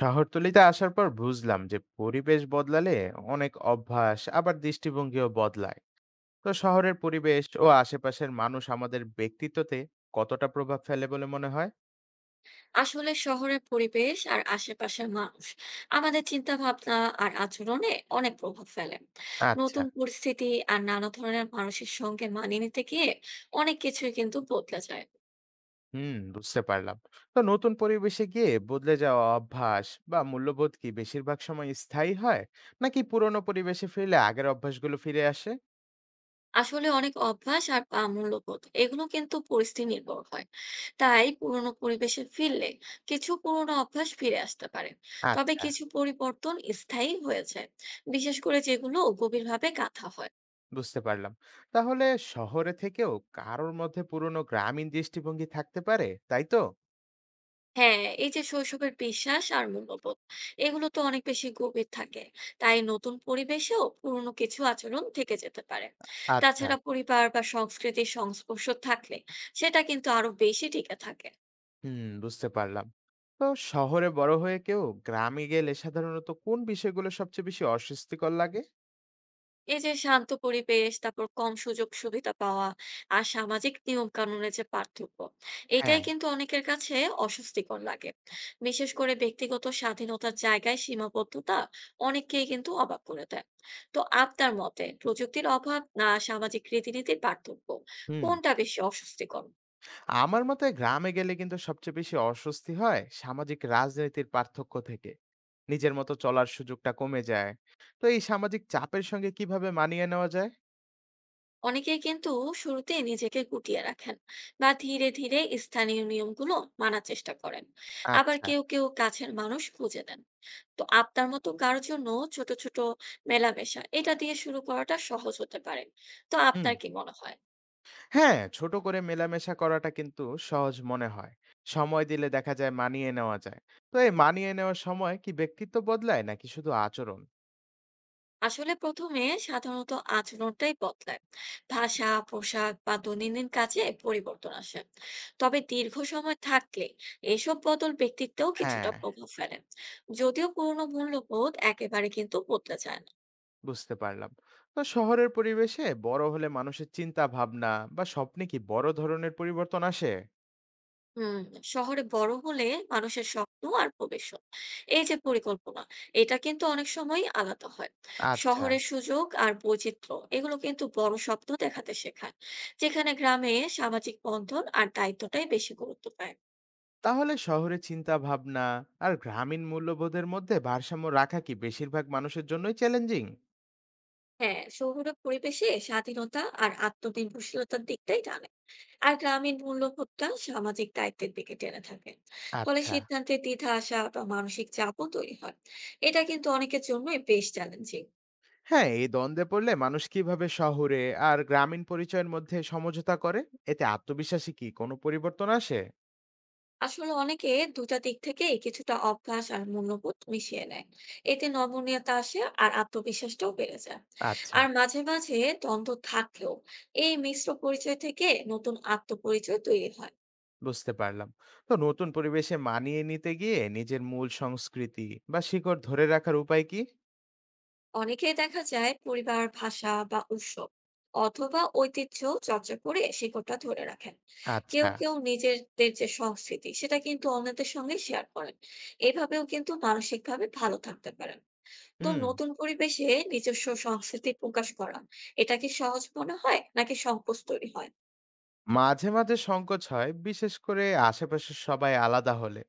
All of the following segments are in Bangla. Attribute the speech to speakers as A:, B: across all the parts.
A: শহরতলিতে আসার পর বুঝলাম যে পরিবেশ বদলালে অনেক অভ্যাস আবার দৃষ্টিভঙ্গিও বদলায়। তো শহরের পরিবেশ ও আশেপাশের মানুষ আমাদের ব্যক্তিত্বতে কতটা প্রভাব ফেলে বলে মনে হয়?
B: আসলে শহরের পরিবেশ আর আশেপাশের মানুষ আমাদের চিন্তা ভাবনা আর আচরণে অনেক প্রভাব ফেলে।
A: আচ্ছা।
B: নতুন পরিস্থিতি আর নানা ধরনের মানুষের সঙ্গে মানিয়ে নিতে গিয়ে অনেক কিছুই কিন্তু বদলে যায়।
A: হুম, বুঝতে পারলাম। তো নতুন পরিবেশে গিয়ে বদলে যাওয়া অভ্যাস বা মূল্যবোধ কি বেশিরভাগ সময় স্থায়ী হয়, নাকি পুরনো পরিবেশে ফিরলে আগের অভ্যাসগুলো ফিরে আসে?
B: আসলে অনেক অভ্যাস আর বা মূল্যবোধ এগুলো কিন্তু পরিস্থিতি নির্ভর হয়। তাই পুরোনো পরিবেশে ফিরলে কিছু পুরোনো অভ্যাস ফিরে আসতে পারে। তবে
A: আচ্ছা।
B: কিছু পরিবর্তন স্থায়ী হয়ে যায়, বিশেষ করে যেগুলো গভীরভাবে গাঁথা হয়।
A: বুঝতে পারলাম। তাহলে শহরে থেকেও কারোর মধ্যে পুরনো গ্রামীণ দৃষ্টিভঙ্গি থাকতে পারে, তাই তো?
B: হ্যাঁ, এই যে শৈশবের বিশ্বাস আর মূল্যবোধ, এগুলো তো অনেক বেশি গভীর থাকে। তাই নতুন পরিবেশেও পুরনো কিছু আচরণ থেকে যেতে পারে।
A: আচ্ছা,
B: তাছাড়া পরিবার বা সংস্কৃতির সংস্পর্শ থাকলে সেটা কিন্তু আরো বেশি টিকে থাকে।
A: হুম, বুঝতে পারলাম। তো শহরে বড় হয়ে কেউ গ্রামে গেলে সাধারণত কোন বিষয়গুলো সবচেয়ে বেশি অস্বস্তিকর লাগে?
B: এই যে শান্ত পরিবেশ, তারপর কম সুযোগ-সুবিধা পাওয়া আর সামাজিক নিয়ম-কানুনের যে পার্থক্য, এটাই
A: হ্যাঁ।
B: কিন্তু অনেকের কাছে অস্বস্তিকর লাগে। বিশেষ করে ব্যক্তিগত স্বাধীনতার জায়গায় সীমাবদ্ধতা অনেককেই কিন্তু অবাক করে দেয়। তো আপনার মতে প্রযুক্তির অভাব না সামাজিক রীতিনীতির পার্থক্য,
A: হুম,
B: কোনটা বেশি অস্বস্তিকর?
A: আমার মতে গ্রামে গেলে কিন্তু সবচেয়ে বেশি অস্বস্তি হয় সামাজিক রাজনীতির পার্থক্য থেকে। নিজের মতো চলার সুযোগটা কমে যায়। তো এই সামাজিক চাপের সঙ্গে কিভাবে মানিয়ে নেওয়া যায়?
B: অনেকেই কিন্তু শুরুতে নিজেকে গুটিয়ে রাখেন বা ধীরে ধীরে স্থানীয় নিয়মগুলো মানার চেষ্টা করেন। আবার
A: আচ্ছা,
B: কেউ কেউ কাছের মানুষ খুঁজে নেন। তো আপনার মতো কারোর জন্য ছোট ছোট মেলামেশা এটা দিয়ে শুরু করাটা সহজ হতে পারে। তো
A: হুম।
B: আপনার কি মনে হয়?
A: হ্যাঁ, ছোট করে মেলামেশা করাটা কিন্তু সহজ মনে হয়। সময় দিলে দেখা যায় মানিয়ে নেওয়া যায়। তো এই মানিয়ে নেওয়ার সময় কি ব্যক্তিত্ব বদলায় নাকি শুধু আচরণ?
B: আসলে প্রথমে সাধারণত আচরণটাই বদলায়, ভাষা পোশাক বা দৈনন্দিন কাজে পরিবর্তন আসে। তবে দীর্ঘ সময় থাকলে এসব বদল ব্যক্তিত্বেও
A: হ্যাঁ,
B: কিছুটা প্রভাব ফেলে, যদিও পুরনো মূল্যবোধ একেবারে কিন্তু বদলে যায় না।
A: বুঝতে পারলাম। তো শহরের পরিবেশে বড় হলে মানুষের চিন্তা ভাবনা বা স্বপ্নে কি বড় ধরনের পরিবর্তন আসে?
B: হুম, শহরে বড় হলে মানুষের স্বপ্ন আর ভবিষ্যৎ এই যে পরিকল্পনা, এটা কিন্তু অনেক সময় আলাদা হয়।
A: আচ্ছা,
B: শহরের সুযোগ আর বৈচিত্র্য এগুলো কিন্তু বড় স্বপ্ন দেখাতে শেখায়, যেখানে গ্রামে সামাজিক বন্ধন আর দায়িত্বটাই বেশি গুরুত্ব পায়।
A: তাহলে শহরে চিন্তা ভাবনা আর গ্রামীণ মূল্যবোধের মধ্যে ভারসাম্য রাখা কি বেশিরভাগ মানুষের জন্যই চ্যালেঞ্জিং?
B: হ্যাঁ, শহুরে পরিবেশে স্বাধীনতা আর আত্মনির্ভরশীলতার দিকটাই টানে, আর গ্রামীণ মূল্যবোধটা সামাজিক দায়িত্বের দিকে টেনে থাকে। ফলে
A: আচ্ছা।
B: সিদ্ধান্তে দ্বিধা আসা বা মানসিক চাপও তৈরি হয়। এটা কিন্তু অনেকের জন্যই বেশ চ্যালেঞ্জিং।
A: হ্যাঁ, এই দ্বন্দ্বে পড়লে মানুষ কিভাবে শহুরে আর গ্রামীণ পরিচয়ের মধ্যে সমঝোতা করে? এতে আত্মবিশ্বাসে কি কোনো পরিবর্তন আসে?
B: আসলে অনেকে দুটা দিক থেকেই কিছুটা অভ্যাস আর মূল্যবোধ মিশিয়ে নেয়। এতে নমনীয়তা আসে আর আত্মবিশ্বাসটাও বেড়ে যায়।
A: আচ্ছা।
B: আর মাঝে মাঝে দ্বন্দ্ব থাকলেও এই মিশ্র পরিচয় থেকে নতুন আত্মপরিচয় তৈরি হয়।
A: বুঝতে পারলাম। তো নতুন পরিবেশে মানিয়ে নিতে গিয়ে নিজের মূল সংস্কৃতি বা শিকড় ধরে রাখার উপায় কি?
B: অনেকেই দেখা যায় পরিবার, ভাষা বা উৎসব অথবা ঐতিহ্য চর্চা করে শিকড়টা ধরে রাখেন। কেউ
A: আচ্ছা।
B: কেউ নিজেদের যে সংস্কৃতি সেটা কিন্তু অন্যদের সঙ্গে শেয়ার করেন, এভাবেও কিন্তু মানসিকভাবে ভালো থাকতে পারেন। তো
A: হুম
B: নতুন পরিবেশে নিজস্ব সংস্কৃতি প্রকাশ করা, এটা কি সহজ মনে হয় নাকি সংকোচ তৈরি হয়?
A: মাঝে মাঝে সংকোচ হয়, বিশেষ করে আশেপাশের সবাই আলাদা হলে।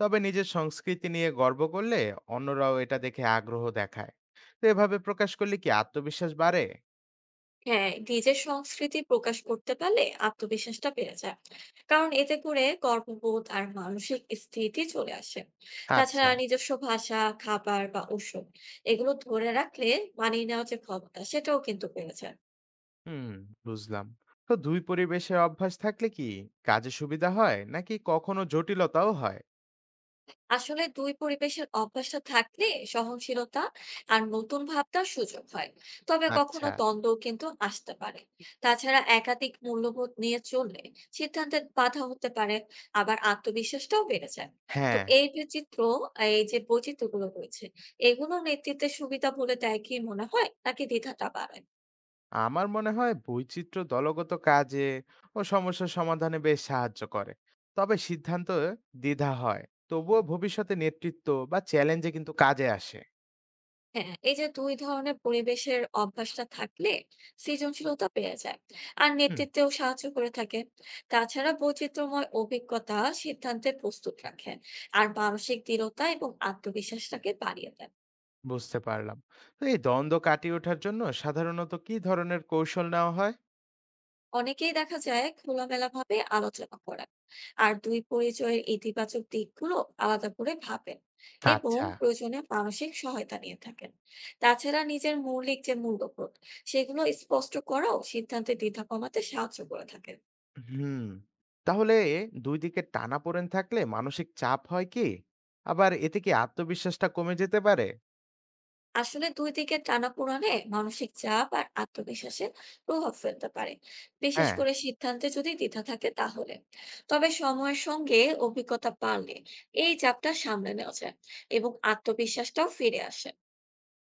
A: তবে নিজের সংস্কৃতি নিয়ে গর্ব করলে অন্যরাও এটা দেখে আগ্রহ দেখায়। তো এভাবে প্রকাশ করলে কি আত্মবিশ্বাস বাড়ে?
B: হ্যাঁ, নিজের সংস্কৃতি প্রকাশ করতে পারলে আত্মবিশ্বাসটা বেড়ে যায়, কারণ এতে করে কর্মবোধ আর মানসিক স্থিতি চলে আসে।
A: আচ্ছা।
B: তাছাড়া নিজস্ব ভাষা, খাবার বা ঔষধ এগুলো ধরে রাখলে মানিয়ে নেওয়ার যে ক্ষমতা সেটাও কিন্তু বেড়ে যায়।
A: হুম, বুঝলাম। তো দুই পরিবেশে অভ্যাস থাকলে কি কাজে সুবিধা হয় নাকি কখনো জটিলতাও হয়?
B: আসলে দুই পরিবেশের অভ্যাসটা থাকলে সহনশীলতা আর নতুন ভাবনার সুযোগ হয়। তবে
A: আচ্ছা।
B: কখনো দ্বন্দ্ব কিন্তু আসতে পারে। তাছাড়া একাধিক মূল্যবোধ নিয়ে চললে সিদ্ধান্তের বাধা হতে পারে, আবার আত্মবিশ্বাসটাও বেড়ে যায়। তো
A: হ্যাঁ,
B: এই যে বৈচিত্র্যগুলো রয়েছে, এগুলো নেতৃত্বের সুবিধা বলে দেয় কি মনে হয় নাকি দ্বিধাটা বাড়ায়?
A: আমার মনে হয় বৈচিত্র্য দলগত কাজে ও সমস্যা সমাধানে বেশ সাহায্য করে। তবে সিদ্ধান্ত দ্বিধা হয়, তবুও ভবিষ্যতে নেতৃত্ব বা চ্যালেঞ্জে কিন্তু কাজে আসে।
B: হ্যাঁ, এই যে দুই ধরনের পরিবেশের অভ্যাসটা থাকলে সৃজনশীলতা বেড়ে যায় আর
A: হুম,
B: নেতৃত্বেও সাহায্য করে থাকে। তাছাড়া বৈচিত্র্যময় অভিজ্ঞতা সিদ্ধান্তে প্রস্তুত রাখে আর মানসিক দৃঢ়তা এবং আত্মবিশ্বাসটাকে বাড়িয়ে দেয়।
A: বুঝতে পারলাম। তো এই দ্বন্দ্ব কাটিয়ে ওঠার জন্য সাধারণত কি ধরনের কৌশল নেওয়া হয়?
B: অনেকেই দেখা যায় খোলামেলাভাবে আলোচনা করেন আর দুই পরিচয়ের ইতিবাচক দিকগুলো আলাদা করে ভাবেন, এবং
A: আচ্ছা।
B: প্রয়োজনে মানসিক সহায়তা নিয়ে থাকেন। তাছাড়া নিজের মৌলিক যে মূল্যবোধ সেগুলো স্পষ্ট করাও সিদ্ধান্তে দ্বিধা কমাতে সাহায্য করে থাকে।
A: হুম, তাহলে দুই দিকে টানাপোড়েন থাকলে মানসিক চাপ হয় কি? আবার এতে কি আত্মবিশ্বাসটা কমে যেতে পারে?
B: আসলে দুই দিকের টানাপোড়েনে মানসিক চাপ আর আত্মবিশ্বাসে প্রভাব ফেলতে পারে, বিশেষ
A: হ্যাঁ।
B: করে সিদ্ধান্তে যদি দ্বিধা থাকে তাহলে। তবে সময়ের সঙ্গে অভিজ্ঞতা বাড়লে এই চাপটা সামলে নেওয়া যায় এবং আত্মবিশ্বাসটাও ফিরে আসে।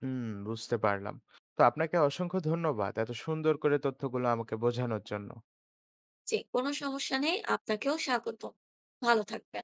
A: হুম, বুঝতে পারলাম। তো আপনাকে অসংখ্য ধন্যবাদ এত সুন্দর করে তথ্যগুলো আমাকে বোঝানোর জন্য।
B: যে কোনো সমস্যা নেই, আপনাকেও স্বাগত। ভালো থাকবেন।